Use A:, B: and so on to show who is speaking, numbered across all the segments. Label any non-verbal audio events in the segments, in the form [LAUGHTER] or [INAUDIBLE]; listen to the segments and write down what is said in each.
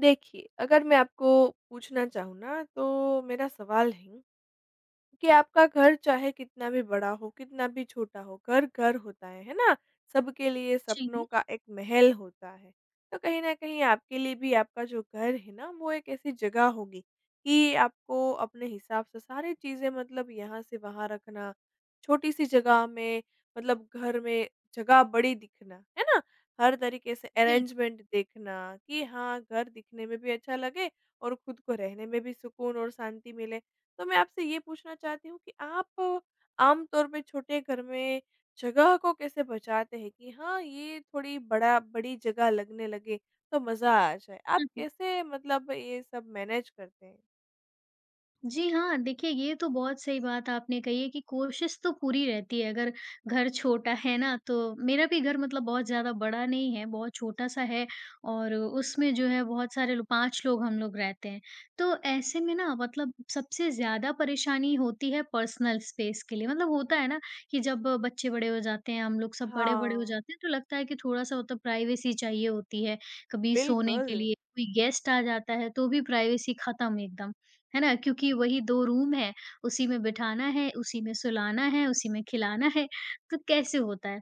A: देखिए, अगर मैं आपको पूछना चाहूँ ना तो मेरा सवाल है कि आपका घर चाहे कितना भी बड़ा हो, कितना भी छोटा हो, घर घर होता है ना? सबके लिए
B: जी,
A: सपनों का एक महल होता है। तो कहीं न कहीं आपके लिए भी आपका जो घर है ना, वो एक ऐसी जगह होगी कि आपको अपने हिसाब से सारी चीज़ें मतलब यहाँ से वहाँ रखना, छोटी-सी जगह में मतलब घर में जगह बड़ी दिखना, है ना? हर तरीके से
B: बिल्कुल।
A: अरेंजमेंट देखना कि हाँ, घर दिखने में भी अच्छा लगे और खुद को रहने में भी सुकून और शांति मिले। तो मैं आपसे ये पूछना चाहती हूँ कि आप आम तौर पे छोटे घर में जगह को कैसे बचाते हैं कि हाँ, ये थोड़ी बड़ा बड़ी जगह लगने लगे तो मज़ा आ जाए? आप कैसे मतलब ये सब मैनेज करते हैं?
B: जी हाँ, देखिए ये तो बहुत सही बात आपने कही है कि कोशिश तो पूरी रहती है, अगर घर छोटा है ना तो मेरा भी घर मतलब बहुत ज़्यादा बड़ा नहीं है, बहुत छोटा-सा है और उसमें जो है बहुत सारे लो 5 लोग हम लोग रहते हैं। तो ऐसे में ना मतलब सबसे ज़्यादा परेशानी होती है पर्सनल स्पेस के लिए, मतलब होता है ना कि जब बच्चे बड़े हो जाते हैं, हम लोग सब बड़े-बड़े हो
A: हाँ,
B: जाते हैं तो लगता है कि थोड़ा-सा मतलब प्राइवेसी चाहिए होती है, कभी सोने
A: बिल्कुल।
B: के लिए कोई गेस्ट आ जाता है तो भी प्राइवेसी खत्म एकदम। है ना? क्योंकि वही 2 रूम हैं, उसी में बिठाना है, उसी में सुलाना है, उसी में खिलाना है, तो कैसे होता है?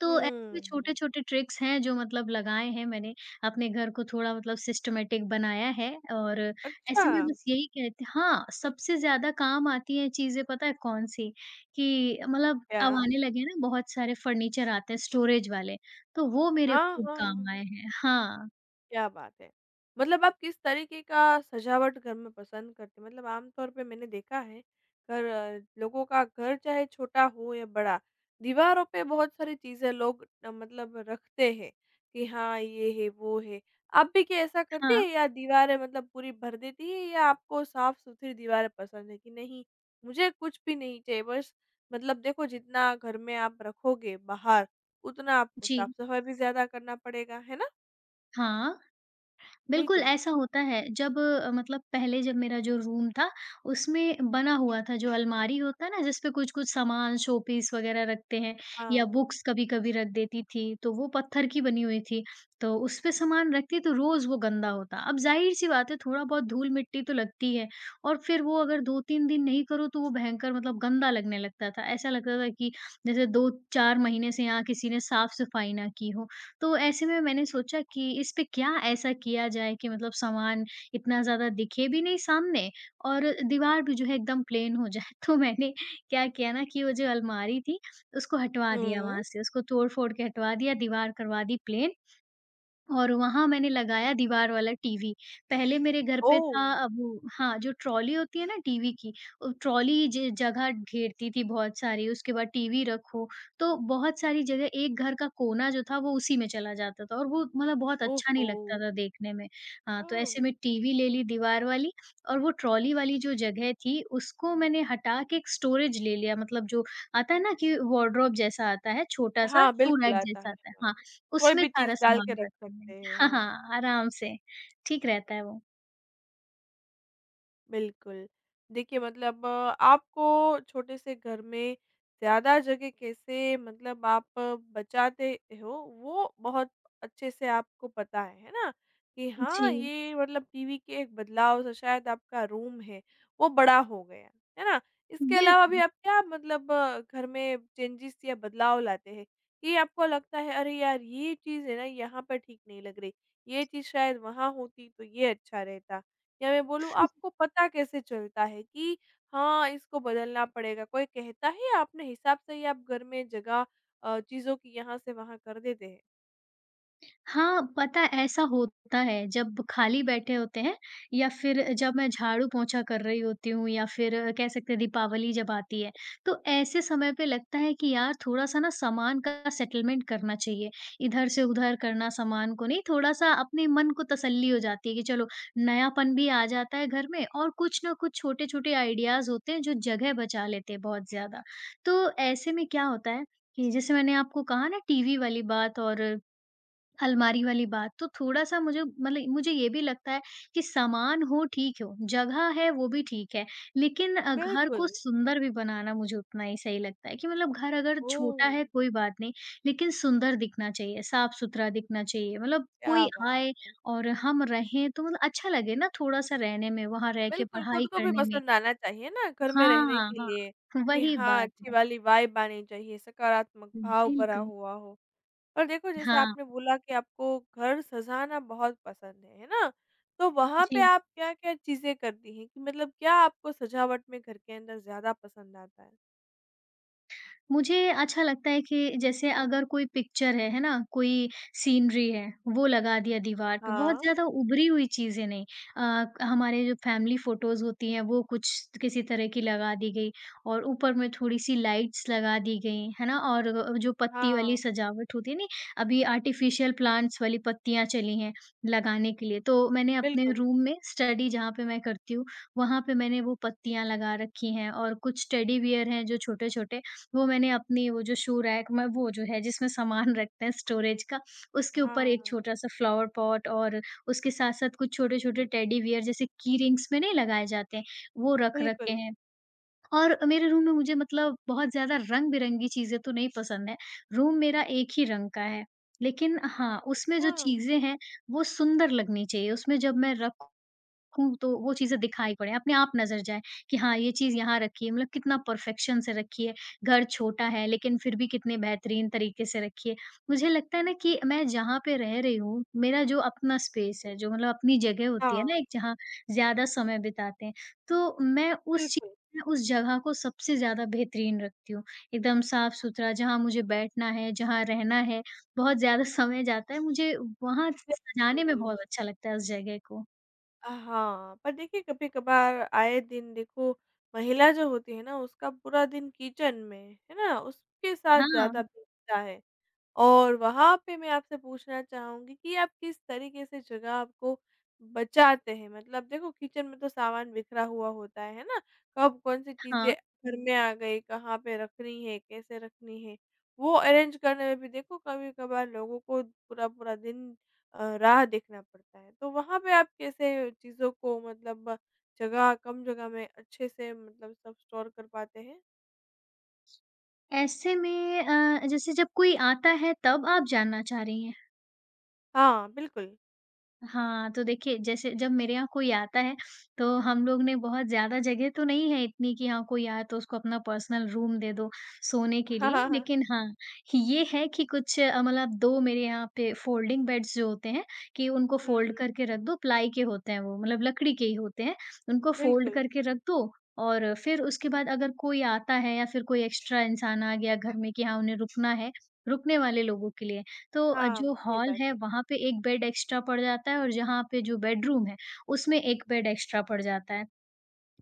B: तो ऐसे
A: हुँ।
B: छोटे-छोटे ट्रिक्स हैं जो मतलब लगाए हैं मैंने, अपने घर को थोड़ा मतलब सिस्टमैटिक बनाया है और
A: अच्छा,
B: ऐसे में बस यही कहती हाँ, सबसे ज़्यादा काम आती हैं चीज़ें पता है कौन-सी? कि मतलब अब
A: क्या?
B: आने लगे हैं ना बहुत सारे फर्नीचर आते हैं स्टोरेज वाले, तो वो मेरे
A: हाँ,
B: खूब
A: हाँ, हाँ।
B: काम आए हैं। हाँ,
A: क्या बात है! मतलब आप किस तरीके का सजावट घर में पसंद करते हैं? मतलब आम तौर पे मैंने देखा है घर लोगों का घर चाहे छोटा हो या बड़ा, दीवारों पे बहुत सारी चीज़ें लोग मतलब रखते हैं कि हाँ, ये है, वो है। आप भी क्या ऐसा करते
B: हाँ,
A: हैं या दीवारें मतलब पूरी भर देती है या आपको साफ-सुथरी दीवारें पसंद है कि नहीं, मुझे कुछ भी नहीं चाहिए बस मतलब देखो जितना घर में आप रखोगे बाहर, उतना आपको
B: जी,
A: साफ-सफाई भी ज़्यादा करना पड़ेगा, है ना?
B: हाँ। बिल्कुल,
A: बिल्कुल।
B: ऐसा होता है। जब मतलब पहले जब मेरा जो रूम था, उसमें बना हुआ था जो अलमारी होता है ना, जिस पे कुछ-कुछ सामान, शोपीस वगैरह रखते हैं या
A: हाँ।
B: बुक्स कभी-कभी रख देती थी, तो वो पत्थर की बनी हुई थी। तो उस पे सामान रखती तो रोज़ वो गंदा होता। अब ज़ाहिर-सी बात है थोड़ा बहुत धूल-मिट्टी तो लगती है और फिर वो अगर 2-3 दिन नहीं करो तो वो भयंकर मतलब गंदा लगने लगता था। ऐसा लगता था कि जैसे 2-4 महीने से यहाँ किसी ने साफ-सफाई ना की हो। तो ऐसे में मैंने सोचा कि इस पे क्या ऐसा किया जाए कि मतलब सामान इतना ज़्यादा दिखे भी नहीं सामने और दीवार भी जो है एकदम प्लेन हो जाए। [LAUGHS] तो मैंने क्या किया ना कि वो जो अलमारी थी उसको हटवा दिया
A: हुँ।
B: वहाँ से, उसको तोड़-फोड़ के हटवा दिया, दीवार करवा दी प्लेन और वहाँ मैंने लगाया दीवार वाला टीवी। पहले मेरे घर पे
A: ओह!
B: था अब वो हाँ, जो ट्रॉली होती है ना टीवी की, ट्रॉली ज जगह घेरती थी बहुत सारी, उसके बाद टीवी रखो, तो बहुत सारी जगह एक घर का कोना जो था वो उसी में चला जाता था और वो मतलब बहुत अच्छा नहीं
A: ओहो!
B: लगता था देखने में। हाँ, तो
A: ओह!
B: ऐसे में टीवी ले ली दीवार वाली और वो ट्रॉली वाली जो जगह थी उसको मैंने हटा के एक स्टोरेज ले लिया मतलब जो आता है ना कि वार्डरोब जैसा आता है, छोटा-सा
A: हाँ,
B: शू
A: बिल्कुल
B: रैक
A: आता है।
B: जैसा आता है।
A: हाँ,
B: हाँ।
A: कोई
B: उसमें
A: भी चीज़
B: सारा
A: डाल के
B: सामान
A: रख
B: रख
A: सकते
B: लेंगे।
A: हैं,
B: हाँ,
A: हाँ।
B: हाँ, आराम से, ठीक रहता है वो।
A: बिल्कुल। देखिए मतलब आपको छोटे से घर में ज़्यादा जगह कैसे मतलब आप बचाते हो वो बहुत अच्छे से आपको पता है ना? कि हाँ,
B: जी,
A: ये मतलब टीवी के एक बदलाव से शायद आपका रूम है वो बड़ा हो गया, है ना? इसके अलावा भी
B: बिल्कुल।
A: आप क्या मतलब घर में चेंजेस या बदलाव लाते हैं कि आपको लगता है अरे यार ये चीज़ है ना यहाँ पर ठीक नहीं लग रही, ये चीज़ शायद वहाँ होती तो ये अच्छा रहता? या मैं बोलूँ आपको पता कैसे चलता है कि हाँ, इसको बदलना पड़ेगा? कोई कहता है या अपने हिसाब से ही आप घर में जगह चीज़ों की यहाँ से वहाँ कर देते हैं?
B: हाँ, पता है ऐसा होता है जब खाली बैठे होते हैं या फिर जब मैं झाड़ू-पोंछा कर रही होती हूँ या फिर कह सकते हैं दीपावली जब आती है, तो ऐसे समय पे लगता है कि यार थोड़ा-सा ना सामान का सेटलमेंट करना चाहिए। इधर से उधर करना सामान को नहीं, थोड़ा-सा अपने मन को तसल्ली हो जाती है कि चलो नयापन भी आ जाता है घर में और कुछ ना कुछ छोटे-छोटे आइडियाज़ होते हैं जो जगह बचा लेते हैं बहुत ज़्यादा। तो ऐसे में क्या होता है कि जैसे मैंने आपको कहा ना टीवी वाली बात और अलमारी वाली बात, तो थोड़ा-सा मुझे मतलब मुझे ये भी लगता है कि सामान हो ठीक हो, जगह है वो भी ठीक है, लेकिन घर को
A: बिल्कुल।
B: सुंदर भी बनाना मुझे उतना ही सही लगता है कि मतलब घर अगर
A: ओह!
B: छोटा है कोई बात नहीं, लेकिन सुंदर दिखना चाहिए, साफ-सुथरा दिखना चाहिए। मतलब
A: क्या
B: कोई
A: बात
B: आए
A: है।
B: और हम रहें तो मतलब अच्छा लगे ना थोड़ा-सा रहने में, वहाँ रह के
A: बिल्कुल, खुद
B: पढ़ाई
A: को भी
B: करने में।
A: पसंद आना चाहिए ना घर में रहने
B: हाँ,
A: के
B: हाँ,
A: लिए कि
B: वही
A: हाँ,
B: बात
A: अच्छी
B: है।
A: वाली वाइब आनी चाहिए, सकारात्मक भाव भरा
B: बिल्कुल,
A: हुआ हो। और देखो जैसे
B: हाँ,
A: आपने बोला कि आपको घर सजाना बहुत पसंद है ना? तो वहाँ पे
B: जी।
A: आप क्या-क्या चीज़ें करती हैं कि मतलब क्या आपको सजावट में घर के अंदर ज़्यादा पसंद आता है?
B: मुझे अच्छा लगता है कि जैसे अगर कोई पिक्चर है ना? कोई सीनरी है, वो लगा दिया दीवार पे, बहुत
A: हाँ,
B: ज़्यादा उभरी हुई चीज़ें नहीं। हमारे जो फैमिली फ़ोटोज़ होती हैं, वो कुछ किसी तरह की लगा दी गई और ऊपर में थोड़ी-सी लाइट्स लगा दी गई, है ना? और जो पत्ती वाली
A: हाँ,
B: सजावट होती है नहीं, अभी आर्टिफ़िशियल प्लांट्स वाली पत्तियाँ चली हैं लगाने के लिए, तो मैंने अपने
A: बिल्कुल।
B: रूम में स्टडी जहाँ पे मैं करती हूँ, वहाँ पे मैंने वो पत्तियाँ लगा रखी हैं और कुछ टेडी बियर हैं जो छोटे-छोटे वो मैंने अपनी वो जो शू रैक में वो जो है जिसमें सामान रखते हैं स्टोरेज का, उसके ऊपर
A: हाँ,
B: एक छोटा-सा फ्लावर पॉट और उसके साथ-साथ कुछ छोटे-छोटे टेडी बियर जैसे की रिंग्स में नहीं लगाए जाते हैं, वो रख रखे
A: बिल्कुल।
B: हैं। और मेरे रूम में मुझे मतलब बहुत ज़्यादा रंग-बिरंगी चीज़ें तो नहीं पसंद है, रूम मेरा एक ही रंग का है। लेकिन हाँ, उसमें जो
A: हाँ,
B: चीज़ें हैं, वो सुंदर लगनी चाहिए, उसमें जब मैं रख खूब तो वो चीज़ें दिखाई पड़े, अपने आप नज़र जाए कि हाँ, ये चीज़ यहाँ रखी है, मतलब कितना परफ़ेक्शन से रखी है। घर छोटा है लेकिन फिर भी कितने बेहतरीन तरीके से रखी है। मुझे लगता है ना कि मैं जहाँ पे रह रही हूँ, मेरा जो अपना स्पेस है, जो मतलब अपनी जगह होती है
A: हाँ,
B: ना एक जहाँ ज़्यादा समय बिताते हैं, तो मैं उस चीज़
A: बिल्कुल,
B: में उस जगह को सबसे ज़्यादा बेहतरीन रखती हूँ। एकदम साफ़-सुथरा जहाँ मुझे बैठना है, जहाँ रहना है, बहुत ज़्यादा [LAUGHS] समय जाता है, मुझे वहाँ सजाने में
A: बिल्कुल।
B: बहुत अच्छा लगता है उस जगह को।
A: हाँ, पर देखिए कभी-कभार आए दिन देखो महिला जो होती है ना उसका पूरा दिन किचन में, है ना? उसके साथ ज़्यादा
B: हाँ।
A: बीतता है। और वहाँ पे मैं आपसे पूछना चाहूँगी कि आप किस तरीके से जगह आपको बचाते हैं? मतलब देखो किचन में तो सामान बिखरा हुआ होता है ना? कब कौन-सी चीज़ें
B: हाँ,
A: घर में आ गई, कहाँ पे रखनी है, कैसे रखनी है? वो अरेंज करने में भी देखो कभी-कभार लोगों को पूरा-पूरा दिन राह देखना पड़ता है। तो वहाँ पे आप कैसे चीज़ों को मतलब जगह कम जगह में अच्छे से मतलब सब स्टोर कर पाते हैं?
B: ऐसे में जैसे जब कोई आता है तब आप जानना चाह रही
A: हाँ, बिल्कुल।
B: हाँ, तो देखिए जैसे जब मेरे यहाँ कोई आता है तो हम लोग ने बहुत ज़्यादा जगह तो नहीं है इतनी कि हाँ कोई आए तो उसको अपना पर्सनल रूम दे दो सोने
A: [LAUGHS]
B: के
A: हाँ,
B: लिए।
A: हाँ, हाँ।
B: लेकिन हाँ, ये है कि कुछ मतलब 2 मेरे यहाँ पे फ़ोल्डिंग बेड्स जो होते हैं कि उनको
A: हुँ,
B: फ़ोल्ड करके रख दो, प्लाई के होते हैं वो मतलब लकड़ी के ही होते हैं। उनको फ़ोल्ड
A: बिल्कुल।
B: करके रख दो और फिर उसके बाद अगर कोई आता है या फिर कोई एक्स्ट्रा इंसान आ गया घर में कि हाँ उन्हें रुकना है, रुकने वाले लोगों के लिए तो
A: हाँ,
B: जो
A: सही
B: हॉल
A: बात
B: है
A: है।
B: वहाँ पे 1 बेड एक्स्ट्रा पड़ जाता है और जहाँ पे जो बेडरूम है उसमें 1 बेड एक्स्ट्रा पड़ जाता है।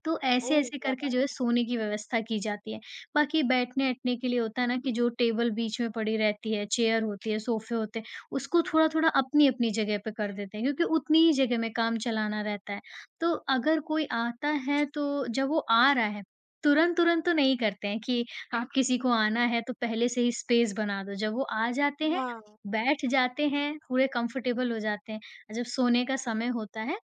B: तो
A: ओह!
B: ऐसे-ऐसे
A: क्या
B: करके
A: बात
B: जो है
A: है।
B: सोने की व्यवस्था की जाती है। बाकी बैठने-ऐठने के लिए होता है ना कि जो टेबल बीच में पड़ी रहती है, चेयर होती है, सोफ़े होते हैं, उसको थोड़ा-थोड़ा अपनी-अपनी जगह पे कर देते हैं क्योंकि उतनी ही जगह में काम चलाना रहता है। तो अगर कोई आता है तो जब वो आ रहा है, तुरंत-तुरंत तो नहीं करते हैं कि आप किसी को आना है तो पहले से ही स्पेस बना दो। जब वो आ जाते हैं,
A: हाँ,
B: बैठ जाते हैं, पूरे कंफर्टेबल हो जाते हैं। जब सोने का समय होता है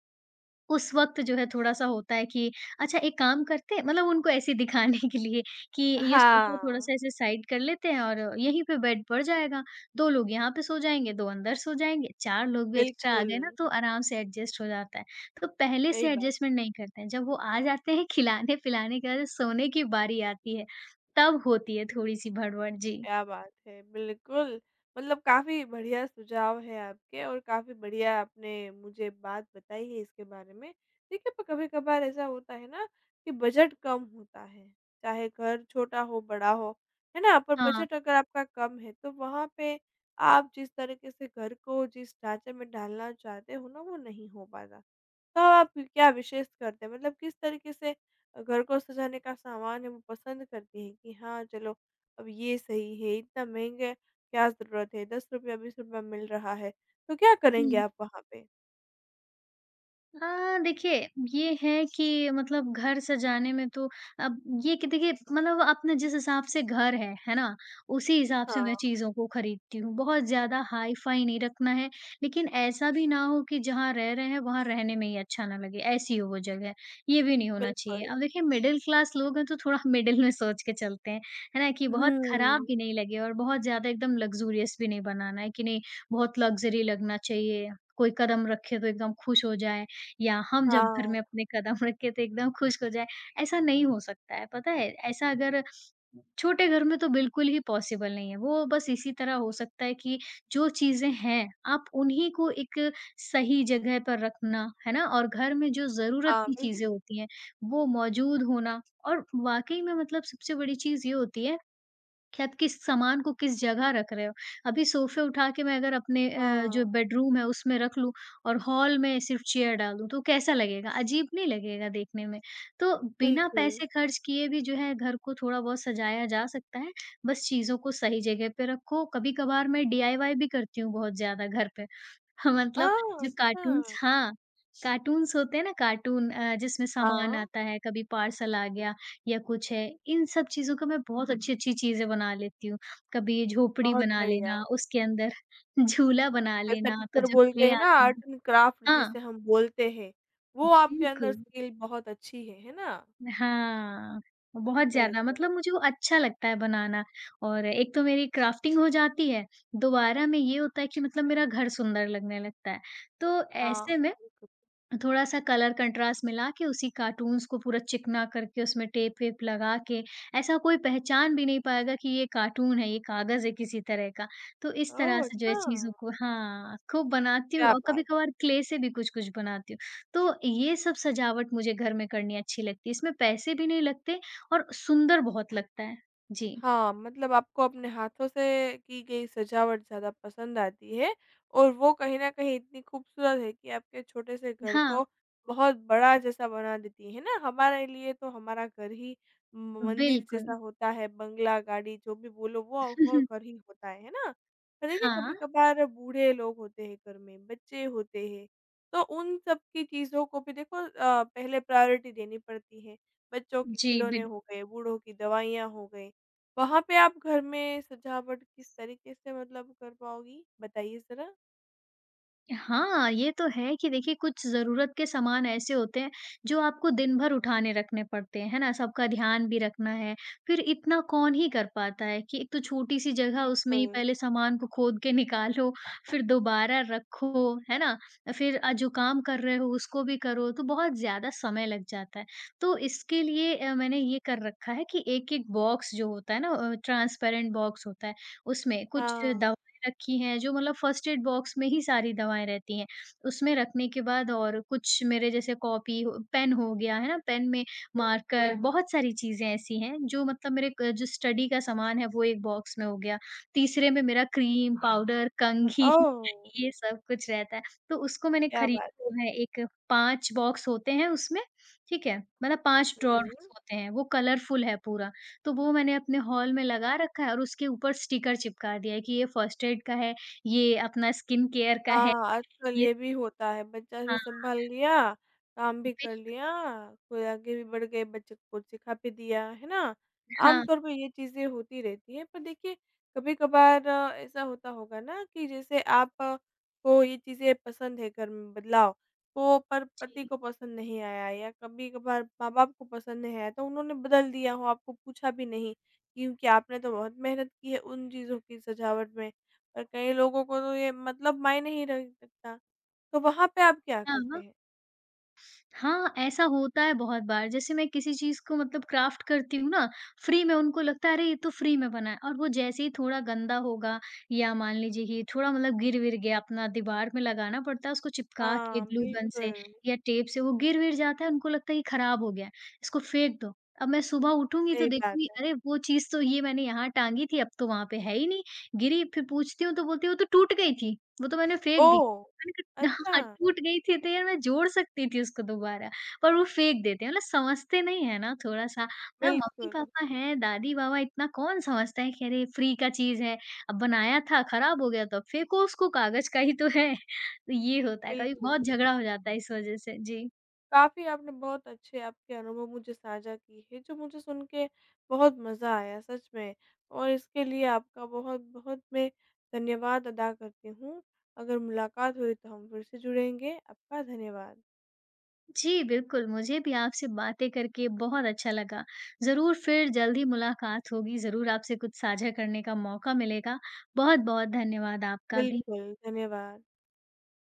B: उस वक़्त जो है थोड़ा-सा होता है कि अच्छा एक काम करते हैं मतलब उनको ऐसे दिखाने के लिए कि ये सोफा
A: हाँ,
B: थोड़ा-सा ऐसे साइड कर लेते हैं और यहीं पे बेड पड़ जाएगा। 2 लोग यहाँ पे सो जाएँगे, 2 अंदर सो जाएँगे, 4 लोग भी एक्स्ट्रा आ
A: बिल्कुल,
B: गए ना तो आराम से एडजस्ट हो जाता है। तो पहले
A: सही
B: से
A: बात,
B: एडजस्टमेंट नहीं करते हैं, जब वो आ जाते हैं खिलाने-पिलाने के बाद सोने की बारी आती है, तब होती है थोड़ी-सी भड़बड़। जी।
A: क्या बात है, बिल्कुल। मतलब काफ़ी बढ़िया सुझाव हैं आपके और काफ़ी बढ़िया आपने मुझे बात बताई है इसके बारे में। देखिए, पर कभी-कभार ऐसा होता है ना कि बजट कम होता है, चाहे घर छोटा हो, बड़ा हो, है ना? पर
B: हाँ।
A: बजट अगर आपका कम है, तो वहाँ पे आप जिस तरीके से घर को जिस ढाँचे में ढालना चाहते हो ना, वो नहीं हो पाता। तो आप क्या विशेष करते हैं? मतलब किस तरीके से घर को सजाने का सामान है वो पसंद करती हैं कि हाँ, चलो अब ये सही है, इतना महँगा है, क्या ज़रूरत है, ₹10 ₹20 मिल रहा है, तो क्या करेंगे
B: हुँ।
A: आप वहाँ पे?
B: हाँ, देखिए ये है कि मतलब घर सजाने में तो अब ये कि देखिए मतलब अपने जिस हिसाब से घर है ना? उसी हिसाब से मैं
A: हाँ,
B: चीज़ों को खरीदती हूँ। बहुत ज़्यादा हाई-फाई नहीं रखना है, लेकिन ऐसा भी ना हो कि जहाँ रह रहे हैं वहाँ रहने में ही अच्छा ना लगे, ऐसी हो वो जगह। ये भी नहीं होना चाहिए।
A: बिल्कुल।
B: अब देखिए मिडल क्लास लोग हैं तो थोड़ा [LAUGHS] मिडल में सोच के चलते हैं, है ना? कि बहुत खराब
A: हुँ,
B: भी नहीं लगे और बहुत ज़्यादा एकदम लग्ज़ूरियस भी नहीं बनाना है कि नहीं बहुत लग्ज़री लगना चाहिए, कोई कदम रखे तो एकदम खुश हो जाए। या हम जब घर
A: हाँ,
B: में अपने कदम [LAUGHS] रखे तो एकदम खुश हो जाए, ऐसा नहीं हो सकता है, पता है? ऐसा अगर छोटे घर में तो बिल्कुल ही पॉसिबल नहीं है, वो बस इसी तरह हो सकता है कि जो चीज़ें हैं, आप उन्हीं को एक सही जगह पर रखना, है ना? और घर में जो ज़रूरत
A: हाँ,
B: की चीज़ें
A: बिल्कुल।
B: होती हैं, वो मौजूद होना और वाक़ई में मतलब सबसे बड़ी चीज़ ये होती है कि आप किस सामान को किस जगह रख रहे हो। अभी सोफ़े उठा के मैं अगर अपने
A: हाँ,
B: जो बेडरूम है उसमें रख लूँ और हॉल में सिर्फ़ चेयर डाल दूँ, तो कैसा लगेगा? अजीब नहीं लगेगा देखने में। तो बिना
A: बिल्कुल।
B: पैसे खर्च किए भी जो है घर को थोड़ा-बहुत सजाया जा सकता है, बस चीज़ों को सही जगह पे रखो। कभी-कभार मैं डीआईवाई भी करती हूँ बहुत ज़्यादा घर पे। [LAUGHS] हाँ,
A: आह,
B: जो
A: अच्छा!
B: कार्टून्स होते हैं ना कार्टून जिसमें सामान
A: हाँ,
B: आता है, कभी पार्सल आ गया या कुछ है, इन सब चीज़ों का मैं बहुत अच्छी-अच्छी चीज़ें बना लेती हूँ। कभी झोपड़ी
A: बहुत
B: बना
A: बढ़िया।
B: लेना, उसके अंदर [LAUGHS] झूला बना
A: जैसा
B: लेना, तो
A: टीचर
B: जो
A: बोलते
B: क्ले
A: हैं ना
B: आती
A: आर्ट
B: है।
A: एंड क्राफ्ट
B: हाँ,
A: जिसे हम बोलते हैं, वो आपके अंदर
B: बिल्कुल।
A: स्किल बहुत अच्छी है ना?
B: हाँ, बहुत ज़्यादा
A: बिल्कुल।
B: मतलब मुझे वो अच्छा लगता है बनाना और एक तो मेरी क्राफ्टिंग हो जाती है, दोबारा में ये होता है कि मतलब मेरा घर सुंदर लगने लगता है। तो
A: हाँ,
B: ऐसे में
A: बिल्कुल।
B: थोड़ा-सा कलर कंट्रास्ट मिला के उसी कार्टून्स को पूरा चिकना करके उसमें टेप-वेप लगा के, ऐसा कोई पहचान भी नहीं पाएगा कि ये कार्टून है, ये कागज़ है किसी तरह का। तो इस तरह
A: ओह!
B: से जो है
A: अच्छा,
B: चीज़ों को हाँ, खूब बनाती हूँ
A: क्या
B: और
A: बात!
B: कभी-कभार क्ले से भी कुछ-कुछ बनाती हूँ। तो ये सब सजावट मुझे घर में करनी अच्छी लगती है, इसमें पैसे भी नहीं लगते और सुंदर बहुत लगता है। जी।
A: हाँ, मतलब आपको अपने हाथों से की गई सजावट ज़्यादा पसंद आती है और वो कहीं न कहीं इतनी खूबसूरत है कि आपके छोटे से घर
B: हाँ,
A: को बहुत बड़ा जैसा बना देती है ना? हमारे लिए तो हमारा घर ही म मंदिर
B: बिल्कुल।
A: जैसा होता है, बंगला, गाड़ी जो भी बोलो वो
B: [LAUGHS]
A: घर ही होता है ना? पर देखिए
B: हाँ,
A: कभी-कभार बूढ़े लोग होते हैं घर में, बच्चे होते हैं, तो उन सब की चीज़ों को भी देखो पहले प्रायोरिटी देनी पड़ती है। बच्चों के
B: जी,
A: खिलौने
B: बिल।
A: हो गए, बूढ़ों की दवाइयाँ हो गई। वहाँ पे आप घर में सजावट किस तरीके से मतलब कर पाओगी? बताइए ज़रा।
B: हाँ, ये तो है कि देखिए कुछ ज़रूरत के सामान ऐसे होते हैं जो आपको दिन भर उठाने रखने पड़ते हैं, है ना? सबका ध्यान भी रखना है, फिर इतना कौन ही कर पाता है कि एक तो छोटी-सी जगह उसमें ही
A: बिल्कुल।
B: पहले सामान को खोद के निकालो, फिर दोबारा रखो, है ना? फिर जो काम कर रहे हो उसको भी करो, तो बहुत ज़्यादा समय लग जाता है। तो इसके लिए मैंने ये कर रखा है कि एक-एक बॉक्स जो होता है ना, ट्रांसपेरेंट बॉक्स होता है, उसमें कुछ
A: हाँ।
B: दवा रखी हैं, जो मतलब फर्स्ट एड बॉक्स में ही सारी दवाएँ रहती हैं, उसमें रखने के बाद और कुछ मेरे जैसे कॉपी हो पेन हो गया, है ना? पेन में मार्कर ओके। बहुत सारी चीज़ें ऐसी हैं जो मतलब मेरे क जो स्टडी का सामान है वो एक बॉक्स में हो गया, तीसरे में मेरा क्रीम, पाउडर, कंघी
A: ओह!
B: [LAUGHS] ये सब कुछ रहता है। तो उसको मैंने
A: क्या बात
B: खरीदा
A: है।
B: हुआ है एक। 5 बॉक्स होते हैं उसमें, ठीक है? मतलब 5 ड्रॉर्स
A: हुँ।
B: होते हैं, वो कलरफुल है पूरा। तो वो मैंने अपने हॉल में लगा रखा है और उसके ऊपर स्टिकर चिपका दिया है कि ये फर्स्ट एड का है, ये अपना स्किन केयर का है,
A: हाँ, आजकल
B: ये
A: ये भी होता है, बच्चा भी
B: हाँ,
A: सँभाल लिया, काम भी कर
B: बिल्क।
A: लिया, कोई आगे भी बढ़ गए, बच्चे को कुछ सिखा भी दिया, है ना?
B: हाँ,
A: आमतौर पे ये चीज़ें होती रहती हैं, पर देखिए कभी-कभार ऐसा होता होगा ना कि जैसे आप को ये चीज़ें पसंद है घर में बदलाव, तो पर पति
B: जी।
A: को पसंद नहीं आया या कभी-कभार माँ-बाप को पसंद नहीं आया, तो उन्होंने बदल दिया हो, आपको पूछा भी नहीं, क्योंकि आपने तो बहुत मेहनत की है उन चीज़ों की सजावट में। और कई लोगों को तो ये मतलब मायने ही नहीं रखता, तो वहाँ पे आप क्या करते
B: हाँ।
A: हैं?
B: हाँ, ऐसा होता है बहुत बार। जैसे मैं किसी चीज़ को मतलब क्राफ़्ट करती हूँ ना, फ्री में उनको लगता है अरे ये तो फ्री में बना है और वो जैसे ही थोड़ा गंदा होगा या मान लीजिए कि थोड़ा मतलब गिर-विर गया अपना दीवार में लगाना पड़ता है उसको चिपका के
A: हाँ,
B: ग्लू गन से
A: बिल्कुल,
B: या टेप से वो गिर-विर जाता है, उनको लगता है ये खराब हो गया है, इसको फेंक दो। अब मैं सुबह उठूँगी तो
A: सही बात
B: देखूँगी
A: है।
B: अरे वो चीज़ तो ये मैंने यहाँ टाँगी थी, अब तो वहाँ पे है ही नहीं। गिरी, फिर पूछती हूँ तो बोलती है वो तो टूट गई थी, वो तो मैंने फेंक दी।
A: ओह!
B: मैंने कहा,
A: अच्छा,
B: हाँ, टूट गई थी तो यार मैं जोड़ सकती थी उसको दोबारा, पर वो फेंक देते हैं मतलब समझते नहीं है ना थोड़ा-सा। ना
A: बिल्कुल,
B: मम्मी-पापा हैं, दादी-बाबा इतना कौन समझता है कि अरे फ्री का चीज़ है, अब बनाया था खराब हो गया तो अब फेंको उसको कागज़ का ही तो है। तो ये होता है, कभी बहुत
A: बिल्कुल।
B: झगड़ा हो जाता है इस वज़ह से। जी।
A: काफ़ी आपने बहुत अच्छे आपके अनुभव मुझे साझा किए हैं, जो मुझे सुन के बहुत मज़ा आया सच में और इसके लिए आपका बहुत-बहुत मैं धन्यवाद अदा करती हूँ। अगर मुलाकात हुई तो हम फिर से जुड़ेंगे, आपका धन्यवाद।
B: जी, बिल्कुल मुझे भी आपसे बातें करके बहुत अच्छा लगा। ज़रूर फिर जल्द ही मुलाकात होगी, ज़रूर आपसे कुछ साझा करने का मौका मिलेगा। बहुत-बहुत धन्यवाद आपका भी।
A: बिल्कुल, धन्यवाद।